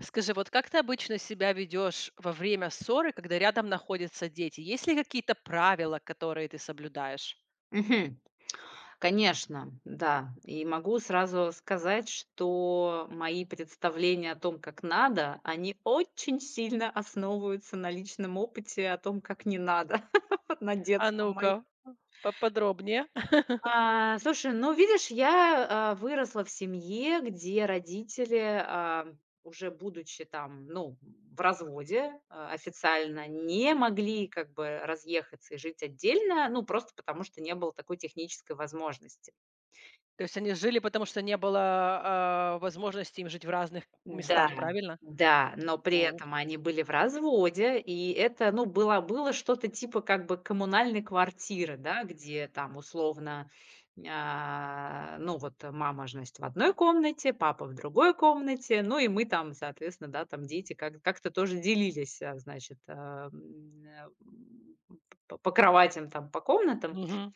Скажи, вот как ты обычно себя ведешь во время ссоры, когда рядом находятся дети? Есть ли какие-то правила, которые ты соблюдаешь? Мгм. Конечно, да. И могу сразу сказать, что мои представления о том, как надо, они очень сильно основываются на личном опыте о том, как не надо, на А детском моем. ну-ка, поподробнее. Слушай, ну видишь, я, выросла в семье, где родители, а, уже будучи там, ну, в разводе, официально, не могли как бы разъехаться и жить отдельно, ну, просто потому что не было такой технической возможности. То есть они жили, потому что не было возможности им жить в разных Да, местах, правильно? да, но при Ух. этом они были в разводе, и это, ну, было что-то типа как бы коммунальной квартиры, да, где там условно, ну, вот мама, значит, в одной комнате, папа в другой комнате, ну, и мы там, соответственно, да, там дети как-то тоже делились, значит, по кроватям, там, по комнатам. Мгм.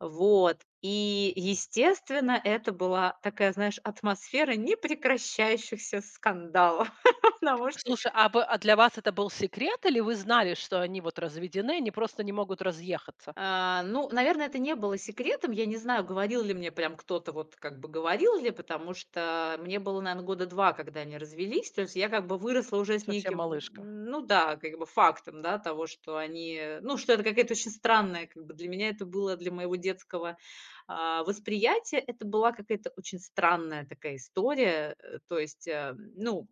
Вот. И, естественно, это была такая, знаешь, атмосфера непрекращающихся скандалов, потому. Слушай, а для вас это был секрет или вы знали, что они вот разведены, они просто не могут разъехаться? Ну, наверное, это не было секретом. Я не знаю, говорил ли мне прям кто-то, вот как бы говорил ли, потому что мне было, наверное, года 2, когда они развелись. То есть я как бы выросла уже с Совсем неким, малышка. Ну да, как бы фактом, да, того, что они, ну, что это какая-то очень странная, как бы для меня это было, для моего детского восприятия, это была какая-то очень странная такая история. То есть, ну,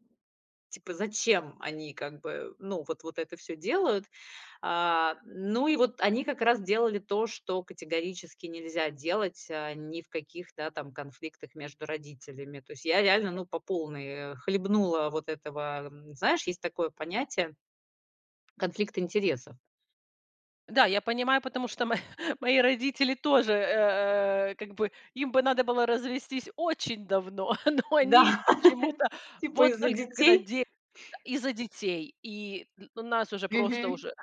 типа, зачем они как бы, ну, вот это все делают. Ну и вот они как раз делали то, что категорически нельзя делать, ни в каких, да, там конфликтах между родителями. То есть я реально, ну, по полной, хлебнула вот этого, знаешь, есть такое понятие — конфликт интересов. Да, я понимаю, потому что мо мои родители тоже, как бы им бы надо было развестись очень давно, но Да, они почему-то типа вот из-за только когда детей. де из-за детей, и у нас уже просто Мгм. уже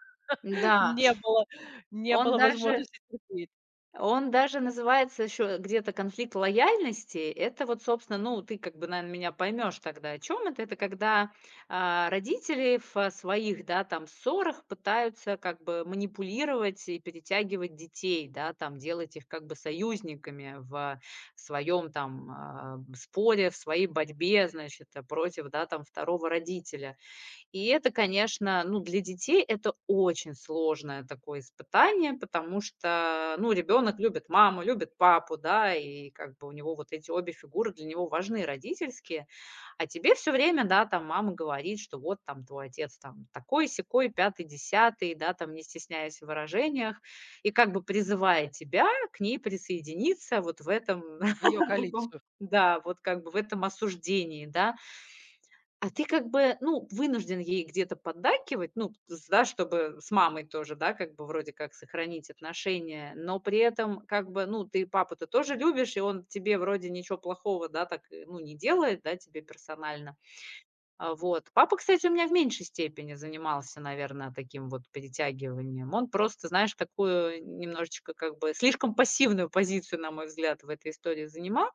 Да, не было не он было даже возможности терпеть он даже называется еще где-то "Конфликт лояльности". Это вот, собственно, ну, ты как бы, наверное, меня поймешь тогда, о чем это. Это когда, родители в своих, да, там ссорах пытаются как бы манипулировать и перетягивать детей, да, там делать их как бы союзниками в своем там, споре, в своей борьбе, значит, против, да, там второго родителя. И это, конечно, ну, для детей это очень сложное такое испытание, потому что, ну, ребенок любит маму, любит папу, да, и как бы у него вот эти обе фигуры для него важны, родительские. А тебе все время, да, там мама говорит, что вот там твой отец там такой, сякой, пятый, десятый, да, там не стесняясь в выражениях, и как бы призывая тебя к ней присоединиться вот в этом в ее таком, коалицию. да, вот как бы в этом осуждении, да, а ты как бы, ну, вынужден ей где-то поддакивать, ну, с да, чтобы с мамой тоже, да, как бы вроде как сохранить отношения, но при этом как бы, ну, ты папу-то тоже любишь, и он тебе вроде ничего плохого, да, так, ну, не делает, да, тебе персонально. Вот. Папа, кстати, у меня в меньшей степени занимался, наверное, таким вот перетягиванием. Он просто, знаешь, такую немножечко как бы слишком пассивную позицию, на мой взгляд, в этой истории занимал.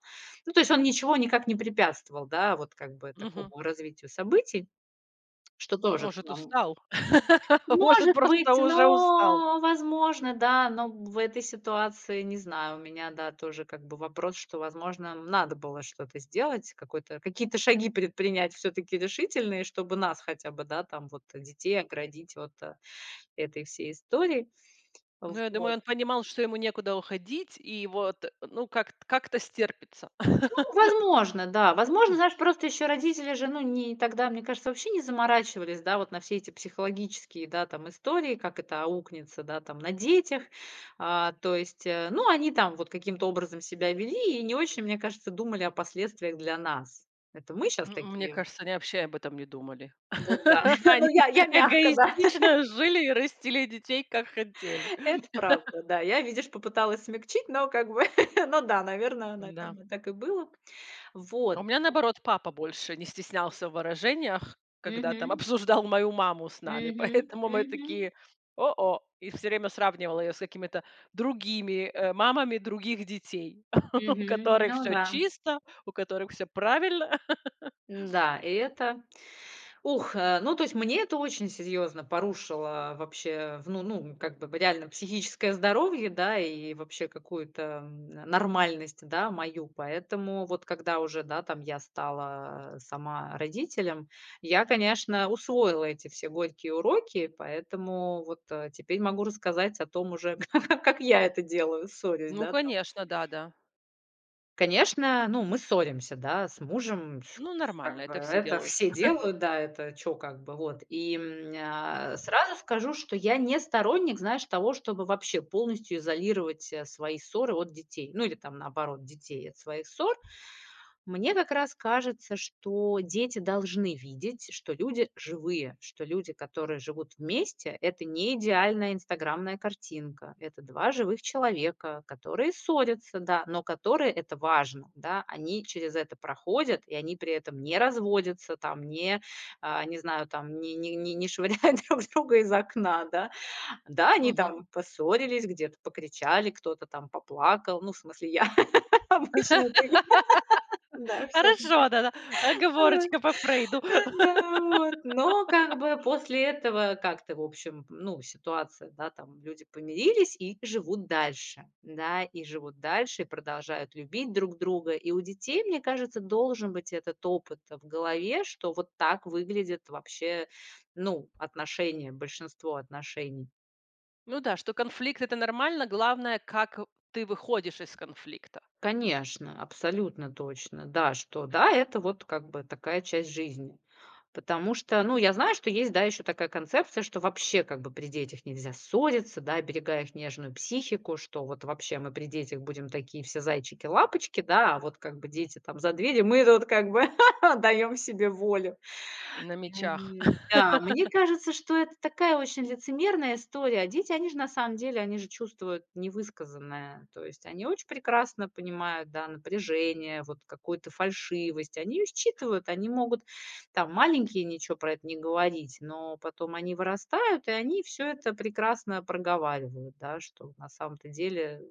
Ну, то есть он ничего никак не препятствовал, да, вот как бы Мгм. такому развитию событий, что тоже Может, нам устал, может, может просто быть, уже устал. но, возможно, да, но в этой ситуации, не знаю, у меня, да, тоже как бы вопрос, что, возможно, надо было что-то сделать, какой-то, какие-то шаги предпринять все-таки решительные, чтобы нас хотя бы, да, там вот детей оградить от этой всей истории. Ну, я думаю, Вот. он понимал, что ему некуда уходить, и вот, ну, как-то стерпится. Возможно, да. Возможно, знаешь, просто еще родители же, ну, не тогда, мне кажется, вообще не заморачивались, да, вот на все эти психологические, да, там, истории, как это аукнется, да, там, на детях. То есть, ну, они там вот каким-то образом себя вели и не очень, мне кажется, думали о последствиях для нас. Это мы сейчас М, мне такие. кажется, они вообще об этом не думали. Вот, да. Ну, Они я мягко, да. эгоистично жили и растили детей, как хотели. Это правда, да. Я, видишь, попыталась смягчить, но как бы, ну да, наверное, Да. наверное, так и было. А у Вот. меня, наоборот, папа больше не стеснялся в выражениях, когда там Мгм. обсуждал мою маму с нами. Мгм. Поэтому мы Мгм. такие: "О-о!" И все время сравнивал ее с какими-то другими мамами других детей, у Мгм. которых Ну все да. чисто, у которых все правильно. Да, и это ух, ну, то есть мне это очень серьезно порушило вообще, в ну ну, как бы реально психическое здоровье, да, и вообще какую-то, нормальность, да, мою. Поэтому вот когда уже, да, там я стала сама родителем, я, конечно, усвоила эти все горькие уроки, поэтому вот, теперь могу рассказать о том уже, как я это делаю, ссорюсь, Ну, да, там. конечно, да-да. Конечно, ну, мы ссоримся, да, с мужем, ш Ну, нормально, как бы это все это делают. все делают, да, это чё как бы, вот. И, сразу скажу, что я не сторонник, знаешь, того, чтобы вообще полностью изолировать, свои ссоры от детей. Ну, или там наоборот, детей от своих ссор. Мне как раз кажется, что дети должны видеть, что люди живые, что люди, которые живут вместе, это не идеальная инстаграмная картинка. Это два живых человека, которые ссорятся, да, но которые это важно, да, они через это проходят, и они при этом не разводятся, там, не, не знаю, там, не швыряют друг друга из окна, да. Да, они там поссорились, где-то покричали, кто-то там поплакал, ну, в смысле, я обычно это я. Да, все. Хорошо, да-да. Э, э, Оговорочка по Фрейду. да, вот. Но как бы после этого как-то, в общем, ну, ситуация, да, там люди помирились и живут дальше, да, и живут дальше, и продолжают любить друг друга. И у детей, мне кажется, должен быть этот опыт в голове, что вот так выглядит вообще, ну, отношения, большинство отношений. Ну да, что конфликт — это нормально, главное, как ты выходишь из конфликта Конечно, абсолютно точно. Да, что да, это вот как бы такая часть жизни. Потому что, ну, я знаю, что есть, да, еще такая концепция, что вообще как бы при детях нельзя ссориться, да, берегая их нежную психику, что вот вообще мы при детях будем такие все зайчики-лапочки, да, а вот как бы дети там за дверью, мы тут как бы даем себе волю. на мечах. Да, мне кажется, что это такая очень лицемерная история. А дети, они же на самом деле, они же чувствуют невысказанное. То есть они очень прекрасно понимают, да, напряжение, вот какую-то фальшивость. Они её считывают, они могут, там, маленькие ничего про это не говорить, но потом они вырастают, и они все это прекрасно проговаривают, да, что на самом-то деле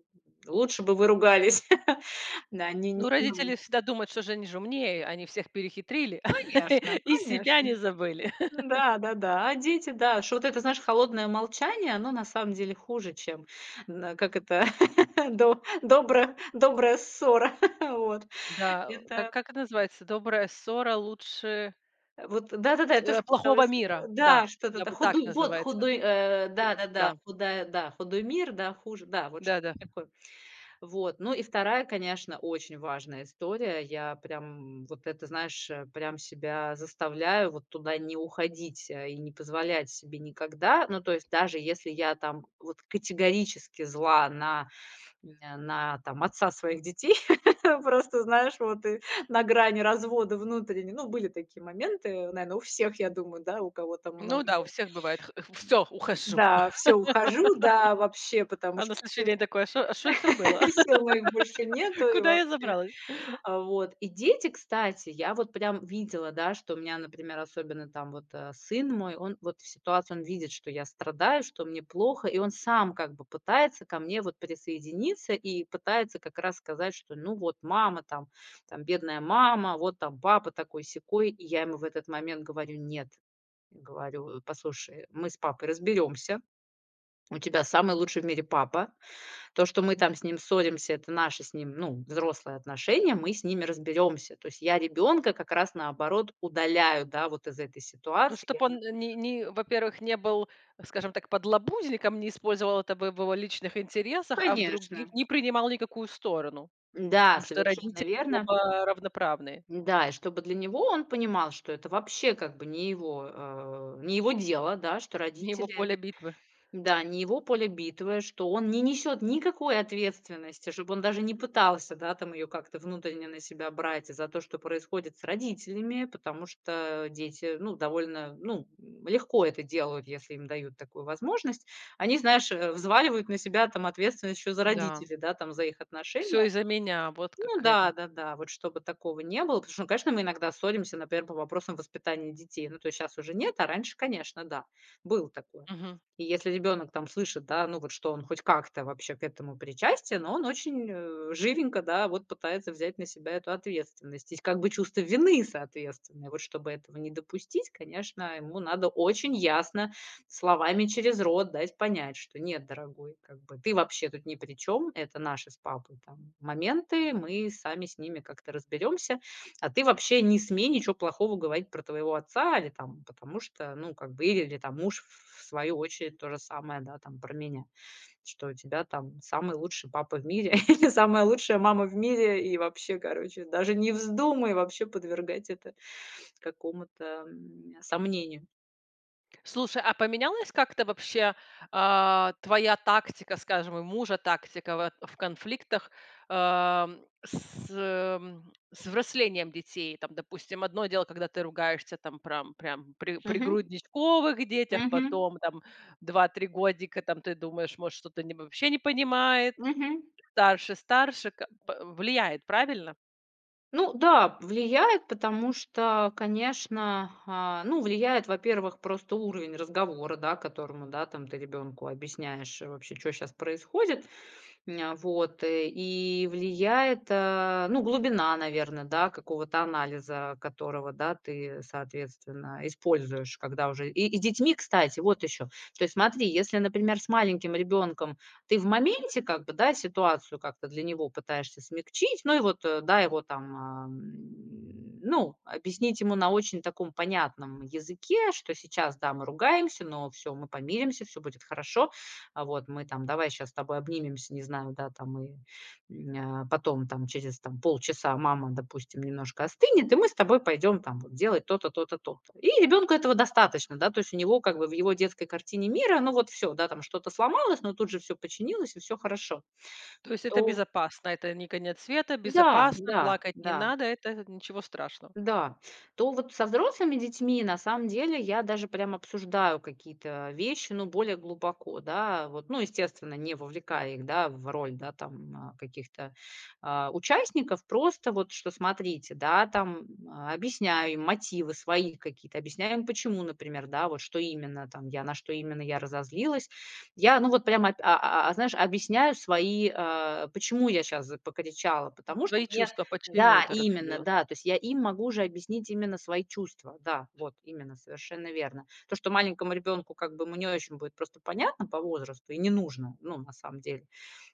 лучше бы вы ругались. Да, не Ну, не родители не всегда думают, что же они же умнее, они всех перехитрили конечно, и себя конечно. не забыли. Да-да-да. А дети, да, что вот это, знаешь, холодное молчание, оно на самом деле хуже, чем, н как это, до добра добрая ссора. Вот. Да, Это как это называется? "Добрая ссора лучше, вот да-да-да, я э, тоже плохого пыталась, мира". Да, да, что-то да, та вот так худой вот называется. худой, У да, да-да-да, худая, да, худой мир, да, хуже, да, вот что да-да. такое. Вот. Ну и вторая, конечно, очень важная история. Я прям вот это, знаешь, прям себя заставляю вот туда не уходить, и не позволять себе никогда. Ну, то есть даже если я там вот категорически зла на там отца своих детей, просто, знаешь, вот и на грани развода внутренне. Ну, были такие моменты, наверное, у всех, я думаю, да, у кого там Ну много да, у лет. всех бывает: "Все, ухожу". Да, все, ухожу, да, вообще, потому А на что следующий день такое: "А шо а это было? сил моих больше нету и Куда я вообще. забралась?" Вот. И дети, кстати, я вот прям видела, да, что у меня, например, особенно там вот, сын мой, он вот в ситуации, он видит, что я страдаю, что мне плохо, и он сам как бы пытается ко мне вот присоединиться и пытается как раз сказать, что ну вот мама там, там бедная мама, вот там папа такой-сякой. И я ему в этот момент говорю: "Нет". Говорю: "Послушай, мы с папой разберемся. У тебя самый лучший в мире папа. То, что мы там с ним ссоримся, это наши с ним, ну, взрослые отношения, мы с ними разберемся". То есть я ребенка как раз, наоборот, удаляю, да, вот из этой Ну, ситуации. Я чтобы он на э, не не, во-первых, не был, скажем так, подлабузником, не использовал это в его личных интересах, а в других Конечно. не принимал никакую сторону, Да, потому что совершенно родители верно. оба равноправные. Да, и чтобы для него он понимал, что это вообще как бы не его, не его дело, да, что Не его родители. поле битвы. Да, не его поле битвы, что он не несет никакой ответственности, чтобы он даже не пытался, да, там ее как-то внутренне на себя брать за то, что происходит с родителями, потому что дети, ну, довольно, ну, легко это делают, если им дают такую возможность. Они, знаешь, взваливают на себя там ответственность еще за Да. родителей, да, там за их Все отношения. из-за меня", вот Ну как да, это. да-да, вот чтобы такого не было, потому что, ну, конечно, мы иногда ссоримся, например, по вопросам воспитания детей. Ну, то есть сейчас уже нет, а раньше, конечно, да, было такое. Мгм. И если ребенок там слышит, да, ну вот что он хоть как-то вообще к этому причастен, но он очень, живенько, да, вот пытается взять на себя эту ответственность. И как бы чувство вины соответственно. Вот чтобы этого не допустить, конечно, ему надо очень ясно словами через рот дать понять, что нет, дорогой, как бы ты вообще тут ни при чём, это наши с папой там моменты, мы сами с ними как-то разберемся. А ты вообще не смей ничего плохого говорить про твоего отца или там, потому что, ну, как бы, или там муж в свою очередь то же самое, да, там про меня, что у тебя там самый лучший папа в мире или самая лучшая мама в мире, и вообще, короче, даже не вздумай вообще подвергать это какому-то, сомнению. Слушай, а поменялась как-то вообще, твоя тактика, скажем, и мужа тактика вот в конфликтах, с взрослением детей? Там, допустим, одно дело, когда ты ругаешься там прям при Мгм, грудничковых детях, мгм. потом там два-три годика, там ты думаешь, может, что-то не вообще не понимает, Мгм. Старше, ка п влияет, правильно? Ну да, влияет, потому что, конечно, ну, влияет, во-первых, просто уровень разговора, да, которому, да, там ты ребенку объясняешь, вообще, что сейчас происходит. Вот, и влияет, ну, глубина, наверное, да, какого-то анализа, которого, да, ты, соответственно, используешь, когда уже и с детьми, кстати, вот еще. То есть смотри, если, например, с маленьким ребенком ты в моменте как бы, да, ситуацию как-то для него пытаешься смягчить, ну и вот, да, его там, ну, объяснить ему на очень таком понятном языке, что сейчас, да, мы ругаемся, но все, мы помиримся, все будет хорошо. А вот мы там: "Давай сейчас с тобой обнимемся", не знаю, да, там и, потом там через там полчаса мама, допустим, немножко остынет, и мы с тобой пойдем там вот делать то-то, то-то, то-то. И ребенку этого достаточно, да, то есть у него как бы в его детской картине мира, ну вот все, да, там что-то сломалось, но тут же все починилось и все хорошо. То есть это То безопасно, это не конец света, да, безопасно, да, плакать не да. надо, это ничего страшного. Да, то вот со взрослыми детьми на самом деле я даже прям обсуждаю какие-то вещи, ну, более глубоко, да, вот, ну, естественно, не вовлекая их, да, в роль, да, там, каких-то участников, просто вот, что смотрите, да, там, объясняю им мотивы свои какие-то, объясняю им, почему, например, да, вот, что именно там я, на что именно я разозлилась, я, ну, вот прям, знаешь, объясняю свои, почему я сейчас покричала, потому Твои что мне чувства да, почему-то именно, разозлилась. да. То есть я им могу уже объяснить именно свои чувства. Да, вот именно, совершенно верно. То, что маленькому ребенку как бы ему не очень будет просто понятно по возрасту и не нужно, ну, на самом деле,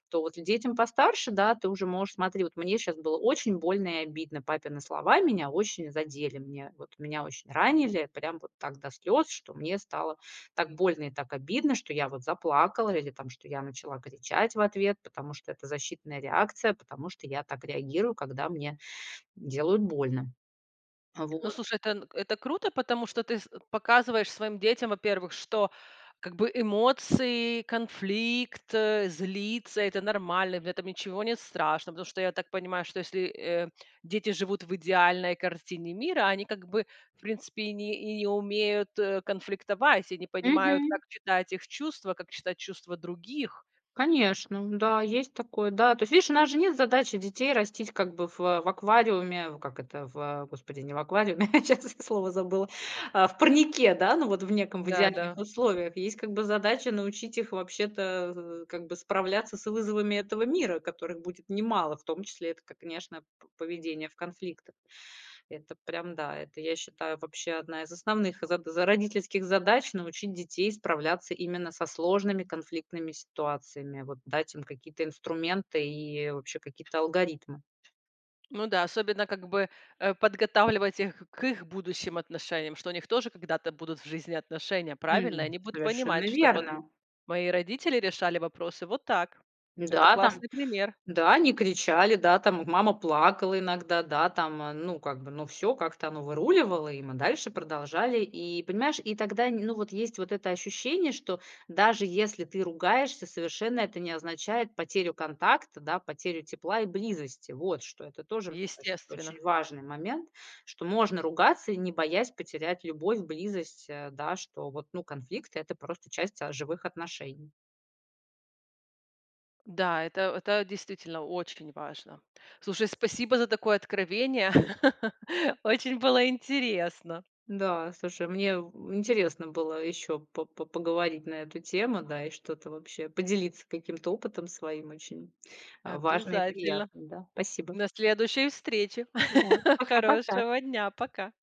то вот детям постарше, да, ты уже можешь, смотри, вот мне сейчас было очень больно и обидно, папины слова меня очень задели, мне, вот меня очень ранили, прям вот так до слез, что мне стало так больно и так обидно, что я вот заплакала или там, что я начала кричать в ответ, потому что это защитная реакция, потому что я так реагирую, когда мне делают больно. Ну, Вот. слушай, это н это круто, потому что ты с показываешь своим детям, во-первых, что как бы эмоции, конфликт, злиться — это нормально, в этом ничего нет страшного. Потому что я так понимаю, что если, дети живут в идеальной картине мира, они как бы, в принципе, и не умеют, конфликтовать, и не понимают, Мгм. как читать их чувства, как читать чувства других. Конечно, да, есть такое, да. То есть, видишь, у нас же нет задачи детей растить как бы в аквариуме, в как это, в господи, не в аквариуме, сейчас слово забыла, в парнике, да, ну вот в неком, в идеальных Да-да. условиях. Есть как бы задача научить их вообще-то, как бы справляться с вызовами этого мира, которых будет немало, в том числе это, к конечно, п поведение в конфликтах. Это прям да, это, я считаю, вообще одна из основных зад за родительских задач — научить детей справляться именно со сложными конфликтными ситуациями. Вот дать им какие-то инструменты и вообще какие-то алгоритмы. Ну да, особенно как бы подготавливать их к их будущим отношениям, что у них тоже когда-то будут в жизни отношения, правильно? И они будут Совершенно понимать, что вот верно. мои родители решали вопросы вот так. Это Да, там классный пример, да, они кричали, да, там мама плакала иногда, да, там, ну, как бы, ну, все как-то оно выруливало, и мы дальше продолжали. И, понимаешь, и тогда, ну, вот есть вот это ощущение, что даже если ты ругаешься, совершенно это не означает потерю контакта, да, потерю тепла и близости. Вот что. Это тоже, мне кажется, очень естественно. важный момент, что можно ругаться, и не боясь потерять любовь, близость, да, что вот, ну, конфликты — это просто часть, живых отношений. Да, это действительно очень важно. Слушай, спасибо за такое откровение. Очень было интересно. Да, слушай, мне в интересно было еще по поговорить на эту тему, да, и что-то вообще поделиться каким-то опытом своим очень, важно и Обязательно. приятно, да. Спасибо. На следующей встрече. Да, пока-пока. Хорошего дня. Пока.